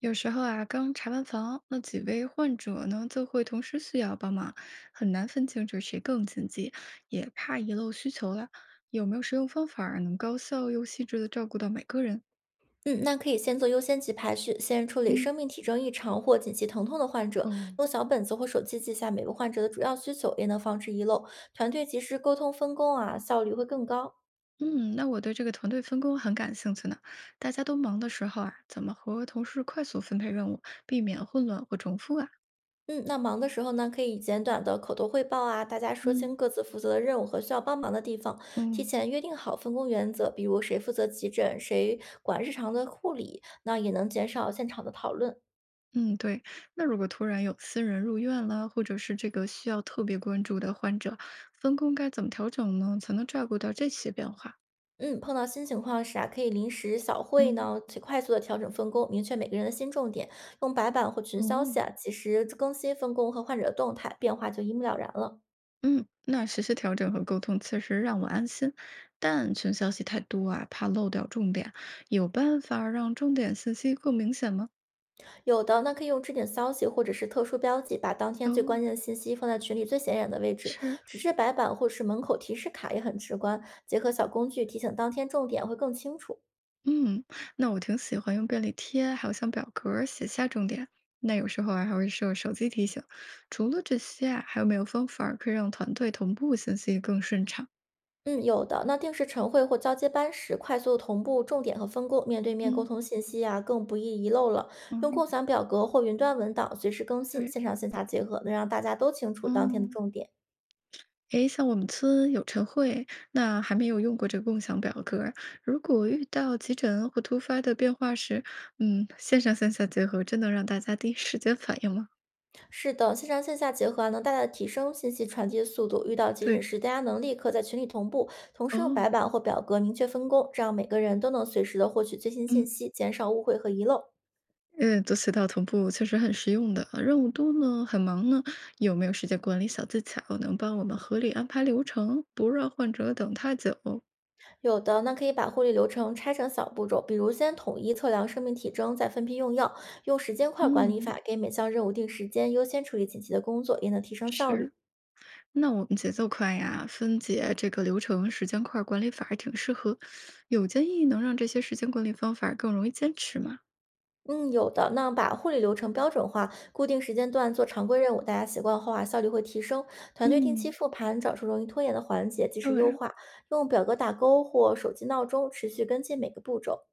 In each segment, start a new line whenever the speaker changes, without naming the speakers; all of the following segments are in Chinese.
有时候啊，刚查完房，那几位患者呢就会同时需要帮忙，很难分清楚谁更紧急，也怕遗漏需求了。有没有实用方法儿能高效又细致的照顾到每个人？
嗯，那可以先做优先级排序，先处理
嗯
生命体征异常或紧急疼痛的患者，
哦，
用小本子或手机记下每个患者的主要需求，也能防止遗漏。团队及时沟通分工啊，效率会更高。
嗯，那我对这个团队分工很感兴趣呢。大家都忙的时候啊，怎么和同事快速分配任务，避免混乱或重复啊？
嗯，那忙的时候呢，可以简短的口头汇报啊，大家说清
嗯。
各自负责的任务和需要帮忙的地方，提
哦。
前约定好分工原则，比如谁负责急诊，谁管日常的护理，那也能减少现场的讨论。
嗯，对。那如果突然有私人入院了，或者是这个需要特别关注的患者，分工该怎么调整呢？才能照顾到这些变化？
嗯，碰到新情况时啊，可以临时小会
嗯，
呢，去快速的调整分工，明确每个人的新重点，用白板或群消息
哦，
啊，及时更新分工和患者的动态，变化就一目了然了。
嗯，那实时调整和沟通确实让我安心，但群消息太多啊，怕漏掉重点。有办法让重点信息更明显吗？
有的那可以用置顶消息或者是特殊标记，把当天最
哦，
关键的信息放在群里最显眼的位置。
是
纸质白板或是门口提示卡也很直观，结合小工具提醒当天重点会更清楚。
嗯，那我挺喜欢用便利贴，还有像表格儿写下重点。那有时候啊，还会设手机提醒。除了这些啊，还有没有方法儿可以让团队同步信息更顺畅？
嗯，有的。那定时晨会或交接班时，快速同步重点和分工，面对面沟
嗯
通信息啊，更不易遗漏了。用
嗯，
共享表格或云端文档随时更新，
对，
线上线下结合，能让大家都清楚当天的
哦，
重点。
诶，像我们村有晨会，那还没有用过这个共享表格儿。如果遇到急诊或突发的变化时，嗯，线上线下结合，真能让大家第一时间反应吗？
是的，线上线下结合啊，能大大提升信息传递的速度。遇到急诊
对，
时，大家能立刻在群里同步，同时用
哦，
白板或表格明确分工，这样每个人都能随时的获取最新
嗯。
信息，减少误会和遗漏。
嗯，做渠道同步确实很实用的。任务多呢，很忙呢，有没有时间管理小技巧能帮我们合理安排流程，不让患者等太久？
有的那可以把护理流程拆成小步骤，比如先统一测量生命体征，再分批用药，用时间块管理
嗯，
法给每项任务定时间，优先处理紧急的工作，也能提升效率。
是，那我们节奏快呀，分解这个流程时间块管理法还挺适合。有建议能让这些时间管理方法更容易坚持吗？
嗯，有的。那把护理流程标准化，固定时间段做常规任务，大家习惯后啊，效率会提升。团队定期
嗯，
复盘，找出容易拖延的环节，及时
对
优
啊，
化。用表格打勾或手机闹钟，持续跟进每个步骤。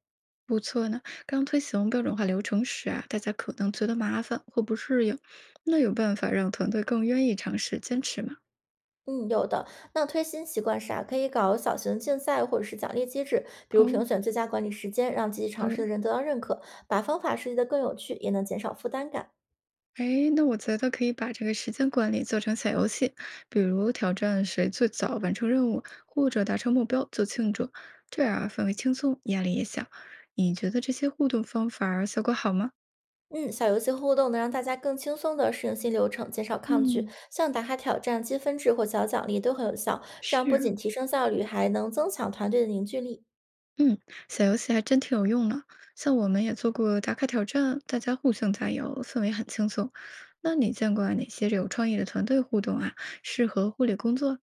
不错呢，刚推行标准化流程时啊，大家可能觉得麻烦或不适应，那有办法让团队更愿意尝试坚持吗？
嗯，有的。那推新习惯时啊，可以搞小型竞赛或者是奖励机制，比如评
哦，
选最佳管理时间，让积极尝试
对。
的人得到认可，把方法设计得更有趣，也能减少负担感。
哎，那我觉得可以把这个时间管理做成小游戏，比如挑战谁最早完成任务，或者达成目标就庆祝，这样啊氛围轻松，压力也小。你觉得这些互动方法儿效果好吗？
嗯，小游戏互动能让大家更轻松地适应新流程，减少抗拒。
嗯，
像打卡挑战、积分制或小奖励都很有效，这样不
是，
仅提升效率，还能增强团队的凝聚力。
嗯，小游戏还真挺有用的，像我们也做过打卡挑战，大家互相加油，氛围很轻松。那你见过哪些有创意的团队互动啊？适合护理工作？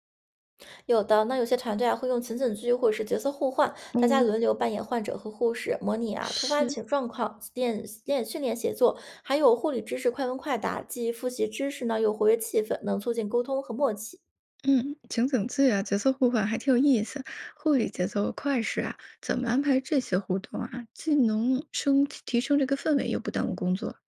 有的，那有些团队啊会用情景剧或者是角色互换，大家
哦，
轮流扮演患者和护士，模拟啊突发
是。
情状况，练练训练协作，还有护理知识快问快答，既复习知识呢，又活跃气氛，能促进沟通和默契。
嗯，情景剧啊，角色互换还挺有意思。护理节奏快时啊，怎么安排这些互动啊，既能升提升这个氛围，又不耽误工作。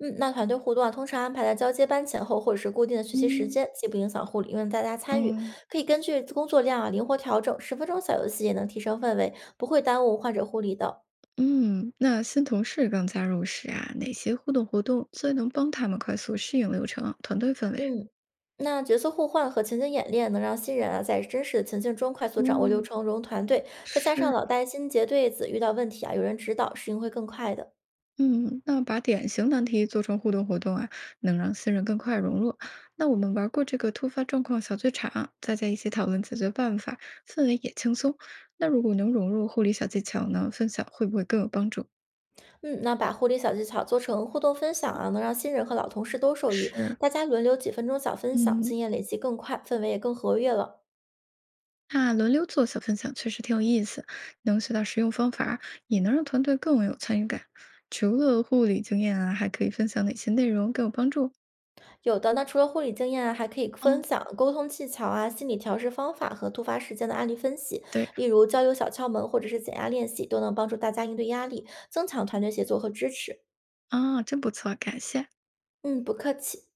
嗯，那团队互动啊，通常安排在交接班前后或者是固定的学习时
嗯，
间，既不影响护理，又让大家参与，
嗯
可以根据工作量啊灵活调整。10分钟小游戏也能提升氛围，不会耽误患者护理的。
嗯，那新同事刚加入时啊，哪些互动活动最能帮他们快速适应流程、团队氛围？
嗯。那角色互换和情景演练能让新人啊在真实的情境中快速掌握流
嗯，
程、融入团队，再加上
是
老带新结对子，遇到问题啊有人指导，适应会更快的。
嗯，那把典型难题做成互动活动啊，能让新人更快融入。那我们玩过这个突发状况小剧场，大家一起讨论解决办法，氛围也轻松。那如果能融入护理小技巧呢，分享会不会更有帮助？
嗯，那把护理小技巧做成互动分享啊，能让新人和老同事都受益，
是，
大家轮流几分钟小分享，
嗯，
经验累积更快，氛围也更活跃了。
那轮流做小分享确实挺有意思，能学到实用方法，也能让团队更有参与感。除了护理经验啊，还可以分享哪些内容更有帮助？
有的那除了护理经验啊，还可以分
哦，
享沟通技巧啊、心理调试方法和突发事件的案例分析，
对
例如交流小窍门或者是减压练习，都能帮助大家应对压力，增强团队协作和支持。
啊，真不错，感谢。
嗯，不客气。